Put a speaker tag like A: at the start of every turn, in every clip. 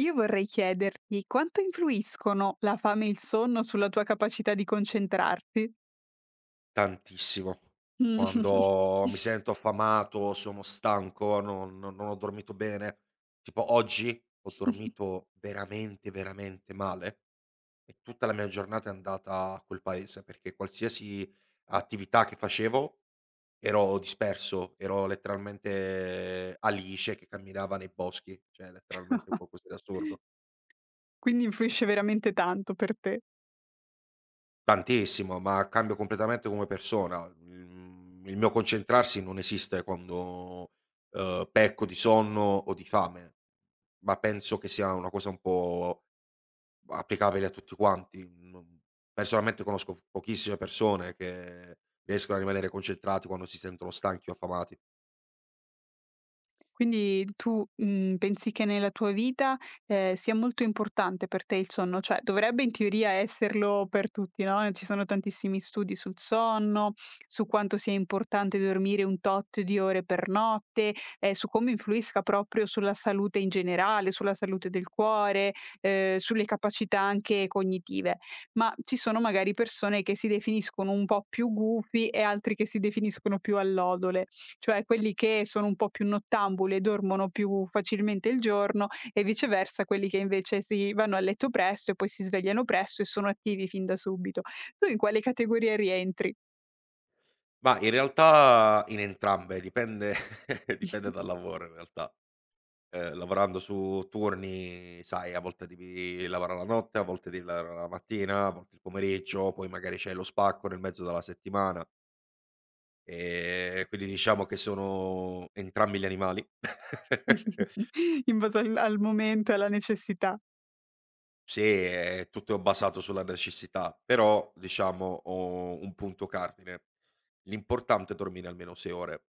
A: Io vorrei chiederti quanto influiscono la fame e il sonno sulla tua capacità di concentrarti?
B: Tantissimo.
A: Mh.
B: Quando mi sento affamato, sono stanco, non ho dormito bene. Tipo oggi ho dormito veramente, veramente male e tutta la mia giornata è andata a quel paese, perché qualsiasi attività che facevo ero disperso, ero letteralmente Alice che camminava nei boschi, cioè letteralmente qualcosa di assurdo.
A: Quindi influisce veramente tanto per te.
B: Tantissimo, ma cambio completamente come persona. Mhmm, il mio concentrarsi non esiste quando, pecco di sonno o di fame, ma penso che sia una cosa un po' applicabile a tutti quanti. Non personalmente conosco pochissime persone che riescono a rimanere concentrati quando si sentono stanchi o affamati.
A: Quindi tu, pensi che nella tua vita, sia molto importante per te il sonno? Cioè dovrebbe in teoria esserlo per tutti, no, ci sono tantissimi studi sul sonno, su quanto sia importante dormire un tot di ore per notte, su come influisca proprio sulla salute in generale, sulla salute del cuore, sulle capacità anche cognitive. Ma ci sono magari persone che si definiscono un po' più gufi e altri che si definiscono più allodole. Cioè quelli che sono un po' più nottambuli e dormono più facilmente il giorno e viceversa quelli che invece si vanno a letto presto e poi si svegliano presto e sono attivi fin da subito. Tu in quale categoria rientri?
B: Ma in realtà in entrambe, dipende dipende dal lavoro in realtà. Lavorando su turni, sai, a volte devi lavorare la notte, a volte devi lavorare la mattina, a volte il pomeriggio, poi magari c'è lo spacco nel mezzo della settimana. Quindi diciamo che sono entrambi gli animali.
A: In base al momento e alla necessità.
B: Sì, è tutto basato sulla necessità, però diciamo ho un punto cardine: l'importante è dormire almeno 6 ore.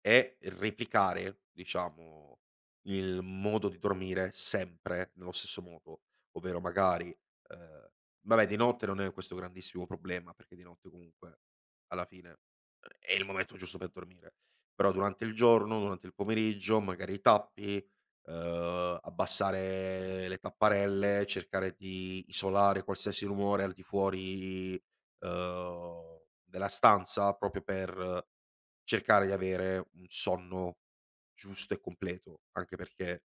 B: E replicare, diciamo, il modo di dormire sempre nello stesso modo, ovvero magari ehm, vabbè di notte non è questo grandissimo problema, perché di notte comunque alla fine, è il momento giusto per dormire, però durante il giorno, durante il pomeriggio, magari i tappi, abbassare le tapparelle, cercare di isolare qualsiasi rumore al di fuori, uhm, della stanza proprio per cercare di avere un sonno giusto e completo, anche perché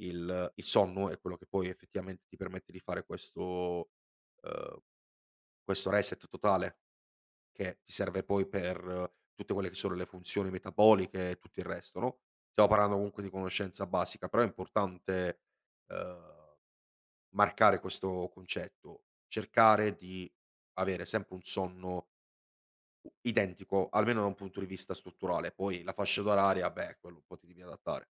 B: il sonno è quello che poi effettivamente ti permette di fare questo ehm, questo reset totale, che ti serve poi per tutte quelle che sono le funzioni metaboliche e tutto il resto, no, stiamo parlando comunque di conoscenza basica, però è importante, ehm, marcare questo concetto, cercare di avere sempre un sonno U identico, almeno da un punto di vista strutturale, poi la fascia d'oraria, beh, quello un po' ti devi adattare.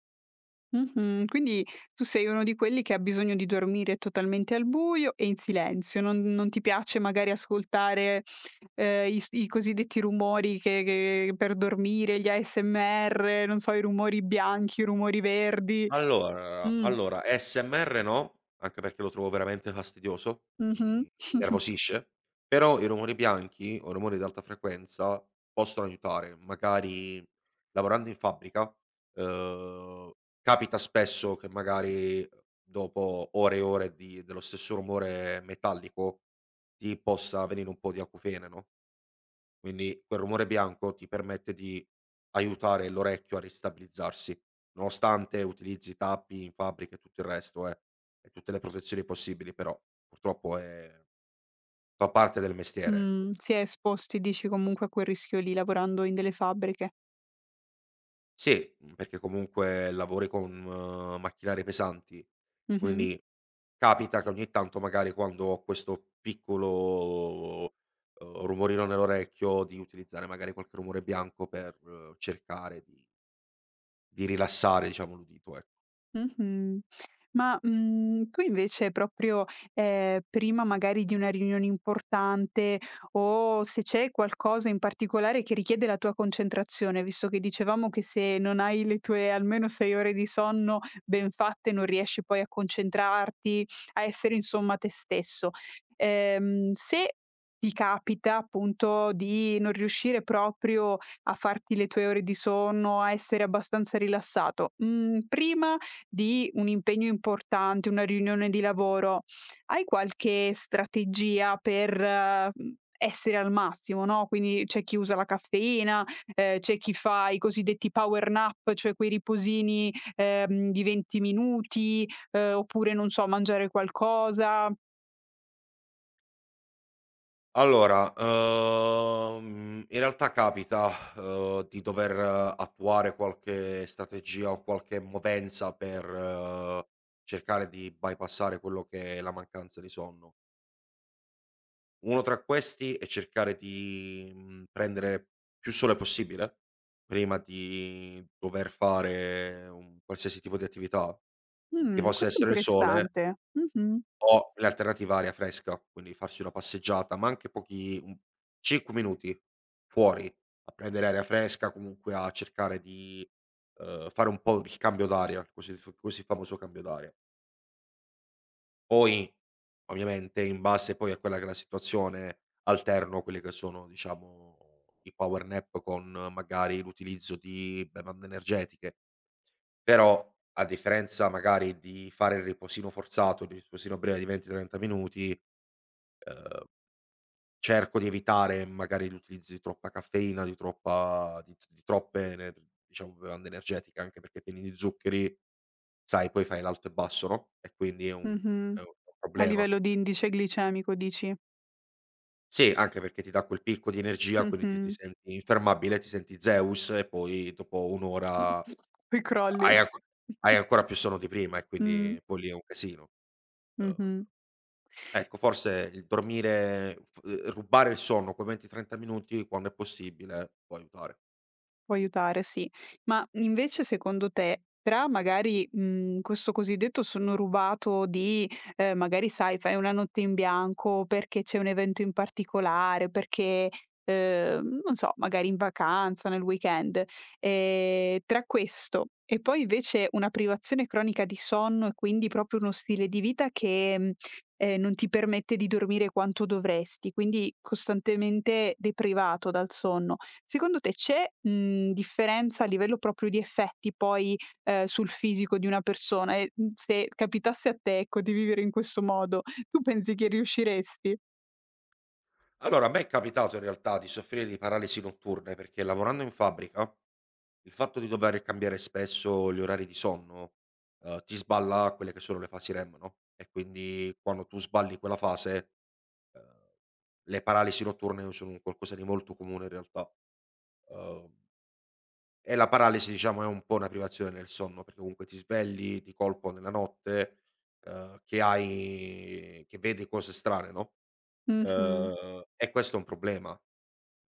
A: Mh-mh. Quindi tu sei uno di quelli che ha bisogno di dormire totalmente al buio e in silenzio, non ti piace magari ascoltare, i cosiddetti rumori che per dormire, gli ASMR, non so, i rumori bianchi, i rumori verdi.
B: Allora
A: Mh.
B: allora, ASMR no, anche perché lo trovo veramente fastidioso,
A: Mh-mh.
B: mi innervosisce, però i rumori bianchi o rumori ad alta frequenza possono aiutare. Magari lavorando in fabbrica, uhm, capita spesso che magari dopo ore e ore di dello stesso rumore metallico ti possa venire un po' di acufene, no? Quindi quel rumore bianco ti permette di aiutare l'orecchio a ristabilizzarsi, nonostante utilizzi tappi in fabbrica e tutto il resto, e tutte le protezioni possibili, però purtroppo è fa parte del mestiere, ecco.
A: Mh. Si è esposti dici comunque a quel rischio lì lavorando in delle fabbriche.
B: Sì, perché comunque lavori con macchinari pesanti,
A: Mh-mh.
B: quindi capita che ogni tanto magari quando ho questo piccolo, rumorino nell'orecchio di utilizzare magari qualche rumore bianco per cercare di rilassare diciamo l'udito, ec
A: Mh-mh. Ma, tu invece proprio, prima magari di una riunione importante o se c'è qualcosa in particolare che richiede la tua concentrazione, visto che dicevamo che se non hai le tue almeno 6 ore di sonno ben fatte non riesci poi a concentrarti, a essere insomma te stesso. Se ti capita appunto di non riuscire proprio a farti le tue ore di sonno, a essere abbastanza rilassato, prima di un impegno importante, una riunione di lavoro, hai qualche strategia per, essere al massimo, no, quindi c'è chi usa la caffeina, c'è chi fa i cosiddetti power nap, cioè quei riposini, di 20 minuti, oppure non so, mangiare qualcosa.
B: Allora, in realtà capita, di dover attuare qualche strategia o qualche movenza per cercare di bypassare quello che è la mancanza di sonno. Uno tra questi è cercare di, prendere più sole possibile prima di dover fare un qualsiasi tipo di attività, che possa
A: Questo è
B: essere il sole
A: interessante. Mh-mh,
B: o l'alternativa aria fresca, quindi farsi una passeggiata, ma anche pochi un 5 minuti fuori a prendere aria fresca, comunque a cercare di, fare un po' il cambio d'aria, il cosiddetto così famoso cambio d'aria. Poi, ovviamente, in base poi a quella che è la situazione, alterno quelle che sono, diciamo, i power nap con magari l'utilizzo di bevande energetiche, però a differenza magari di fare il riposino forzato, il riposino breve di 20, 30 minuti, ehm Cerco di evitare magari l'utilizzo di troppa caffeina, di troppa di t di troppe ener diciamo bevande energetiche, anche perché pieni di zuccheri, sai poi fai l'alto e basso, no, e quindi è un
A: mh-mh.
B: è un
A: A
B: problema.
A: livello di indice glicemico dici.
B: Sì, anche perché ti dà quel picco di energia, quindi ti
A: Mh-mh.
B: senti infermabile, ti senti Zeus e poi dopo 1 ora
A: Poi crolli.
B: hai anco hai ancora più sonno di prima e
A: Mh,
B: quindi poi lì è un casino. Uhm,
A: mh-mh.
B: ecco forse il dormire f rubare il sonno quei 20, 30 minuti quando è possibile può aiutare.
A: Può aiutare, sì. Ma invece secondo te, tra magari, questo cosiddetto sonno rubato di, magari sai fai una notte in bianco perché c'è un evento in particolare, perché, non so, magari in vacanza, nel weekend, tra questo e poi invece una privazione cronica di sonno e quindi proprio uno stile di vita che, non ti permette di dormire quanto dovresti, quindi costantemente deprivato dal sonno. Secondo te c'è, differenza a livello proprio di effetti poi, sul fisico di una persona e, se capitasse a te, ecco, di vivere in questo modo, tu pensi che riusciresti?
B: Allora, a me è capitato in realtà di soffrire di paralisi notturne, perché lavorando in fabbrica, il fatto di dover cambiare spesso gli orari di sonno, ti sballa quelle che sono le fasi REM, no, e quindi quando tu sballi quella fase, ehm, le paralisi notturne sono un qualcosa di molto comune in realtà. Ehm, e la paralisi diciamo è un po' una privazione del sonno, perché comunque ti svegli di colpo nella notte, che vedi cose strane, no,
A: Mh-mh.
B: e questo è un problema.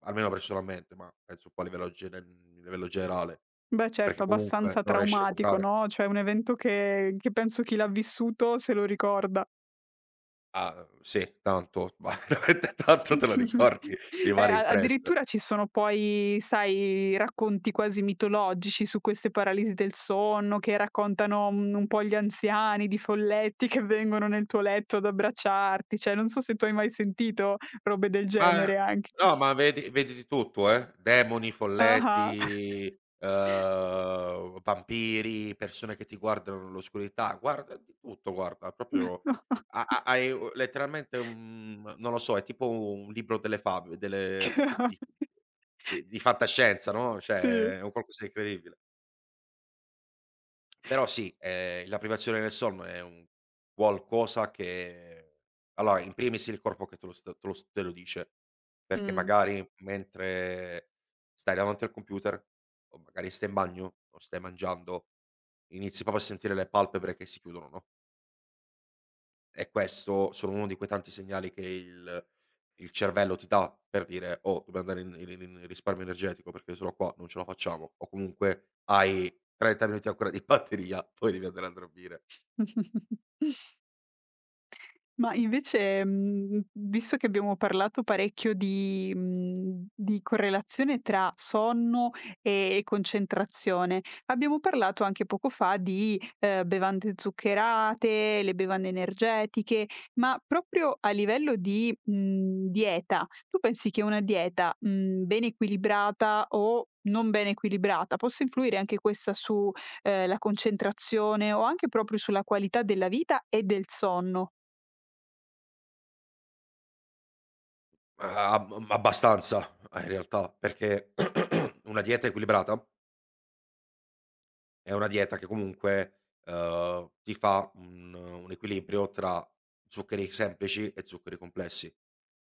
B: Almeno personalmente, ma penso un po' a livello livello generale,
A: Beh certo,
B: perché comunque
A: abbastanza
B: non riesci a
A: traumatico,
B: recuperare.
A: no, cioè un evento che penso chi l'ha vissuto se lo ricorda.
B: Ah, sì, tanto, ma veramente tanto te lo ricordi, rimane
A: A
B: impresso.
A: addirittura ci sono poi, sai, racconti quasi mitologici su queste paralisi del sonno, che raccontano, un po' gli anziani, di folletti che vengono nel tuo letto ad abbracciarti, cioè non so se tu hai mai sentito robe del
B: Ma
A: genere anche.
B: no, ma vedi vedi di tutto, eh. Demoni,
A: Ah-ah.
B: folletti, vampiri, persone che ti guardano nell'oscurità, guarda di tutto, guarda, proprio ha ha hai u letteralmente un non lo so, è tipo un libro delle fab delle di fantascienza, no,
A: Sì.
B: cioè è un qualcosa di incredibile. Però sì, la privazione del sonno è un qualcosa che allora in primis il corpo che te lo st te lo s te lo dice, perché
A: Mh.
B: magari mentre stai davanti al computer, o magari stai in bagno, o stai mangiando, inizi proprio a sentire le palpebre che si chiudono, no? E questo sono uno di quei tanti segnali che il cervello ti dà per dire: "Oh, dobbiamo andare in risparmio energetico perché sennò qua non ce la facciamo." O comunque hai 30 minuti ancora di batteria, poi devi andare a dormire.
A: Ma invece, visto che abbiamo parlato parecchio di correlazione tra sonno e concentrazione, abbiamo parlato anche poco fa di, bevande zuccherate, le bevande energetiche, ma proprio a livello di, dieta, tu pensi che una dieta, ben equilibrata o non ben equilibrata, possa influire anche questa su, la concentrazione o anche proprio sulla qualità della vita e del sonno?
B: Ma ab abbastanza, in realtà, perché una dieta equilibrata è una dieta che comunque, ti fa un equilibrio tra zuccheri semplici e zuccheri complessi.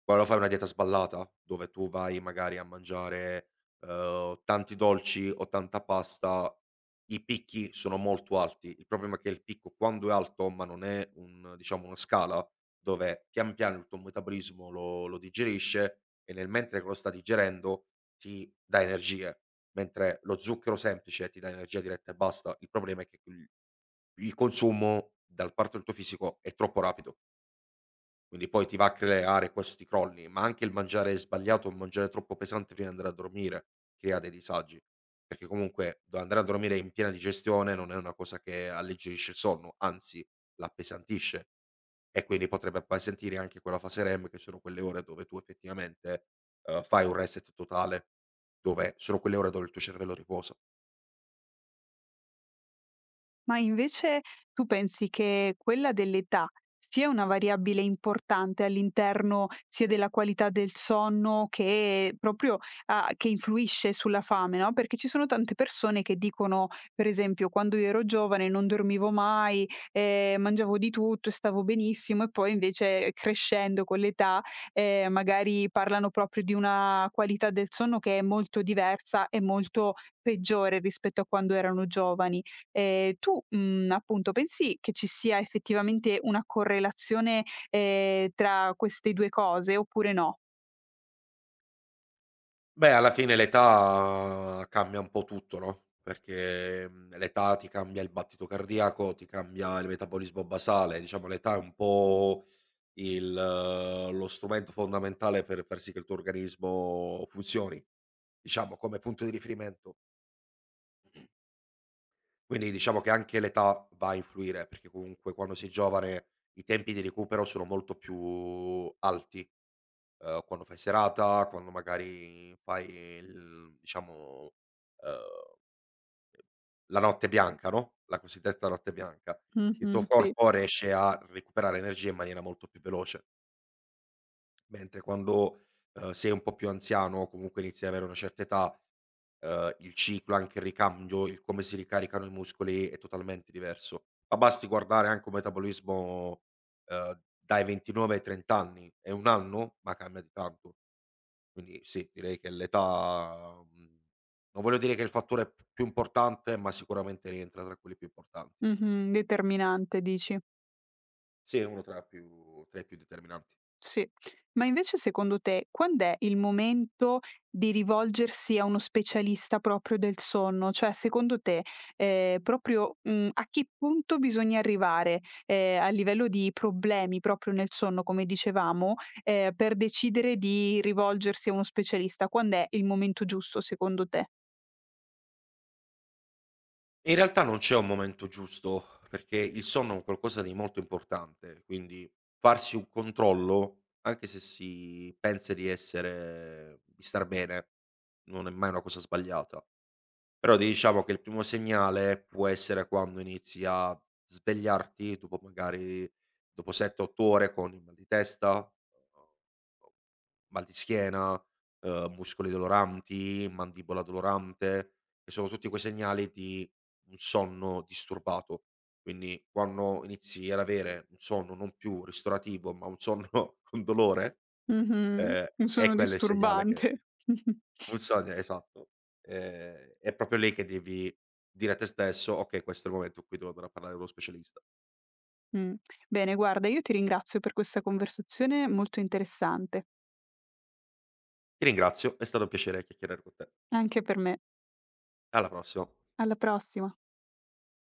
B: Quando fai una dieta sballata, dove tu vai magari a mangiare, tanti dolci o tanta pasta, i picchi sono molto alti. Il problema è che il picco quando è alto, ma non è un diciamo una scala, dove pian piano il tuo metabolismo lo digerisce e nel mentre che lo sta digerendo ti dà energie. Mentre lo zucchero semplice ti dà energia diretta e basta. Il problema è che il consumo dal parte del tuo fisico è troppo rapido, quindi poi ti va a creare questi crolli, ma anche il mangiare sbagliato, il mangiare troppo pesante prima di andare a dormire crea dei disagi, perché comunque do andare a dormire in piena digestione non è una cosa che alleggerisce il sonno, anzi l'appesantisce e quindi potrebbe appesantire anche quella fase REM che sono quelle ore dove tu effettivamente, fai un reset totale, dove sono quelle ore dove il tuo cervello riposa.
A: Ma invece tu pensi che quella dell'età sia una variabile importante all'interno sia della qualità del sonno che proprio che influisce sulla fame, no? Perché ci sono tante persone che dicono, per esempio, quando io ero giovane non dormivo mai, mangiavo di tutto, e stavo benissimo e poi invece crescendo con l'età magari parlano proprio di una qualità del sonno che è molto diversa e molto peggiore rispetto a quando erano giovani. Tu, appunto, pensi che ci sia effettivamente una correlazione, tra queste 2 cose oppure no?
B: Beh, alla fine l'età cambia un po' tutto, no, perché, l'età ti cambia il battito cardiaco, ti cambia il metabolismo basale, diciamo l'età è un po' il lo strumento fondamentale per far sì che il tuo organismo funzioni, diciamo come punto di riferimento. Quindi diciamo che anche l'età va a influire, perché comunque quando sei giovane i tempi di recupero sono molto più alti, quando fai serata, quando magari fai il diciamo, ehm La notte bianca, no, la cosiddetta notte bianca. Il
A: Mh-mh,
B: tuo
A: sì.
B: corpo riesce a recuperare energia in maniera molto più veloce, mentre quando, sei un po' più anziano o comunque inizi ad avere una certa età, il ciclo, anche il ricambio, il come si ricaricano i muscoli è totalmente diverso. Ma basti guardare anche un metabolismo, dai 29 ai 30 anni, è 1 anno, ma cambia di tanto. Quindi sì, direi che l'età, non voglio dire che è il fattore p più importante, ma sicuramente rientra tra quelli più importanti.
A: Mh-mh, determinante dici.
B: Sì, è uno tra più tra i più determinanti.
A: Sì. Ma invece secondo te quand'è il momento di rivolgersi a uno specialista proprio del sonno? Cioè secondo te, proprio, a che punto bisogna arrivare, a livello di problemi proprio nel sonno come dicevamo, per decidere di rivolgersi a uno specialista? Quand'è il momento giusto secondo te?
B: In realtà non c'è un momento giusto, perché il sonno è un qualcosa di molto importante, quindi farsi un controllo, anche se si pensa di star bene, non è mai una cosa sbagliata. Però diciamo che il primo segnale può essere quando inizi a svegliarti dopo magari dopo 7, 8 ore con il mal di testa mal di schiena, muscoli doloranti, mandibola dolorante, che sono tutti quei segnali di un sonno disturbato. Quindi quando inizi ad avere un sonno non più ristorativo, ma un sonno con dolore,
A: Mh-mh.
B: ehm,
A: Un
B: è
A: sonno
B: quello il segnale che
A: disturbante.
B: un sogno esatto. È proprio lì che devi dire a te stesso: "Okay, questo è il momento in cui devo andare a parlare con lo specialista."
A: Mh. Bene guarda, io ti ringrazio per questa conversazione molto interessante.
B: Ti ringrazio, è stato un piacere chiacchierare con te.
A: Anche per me.
B: Alla prossima.
A: Alla prossima.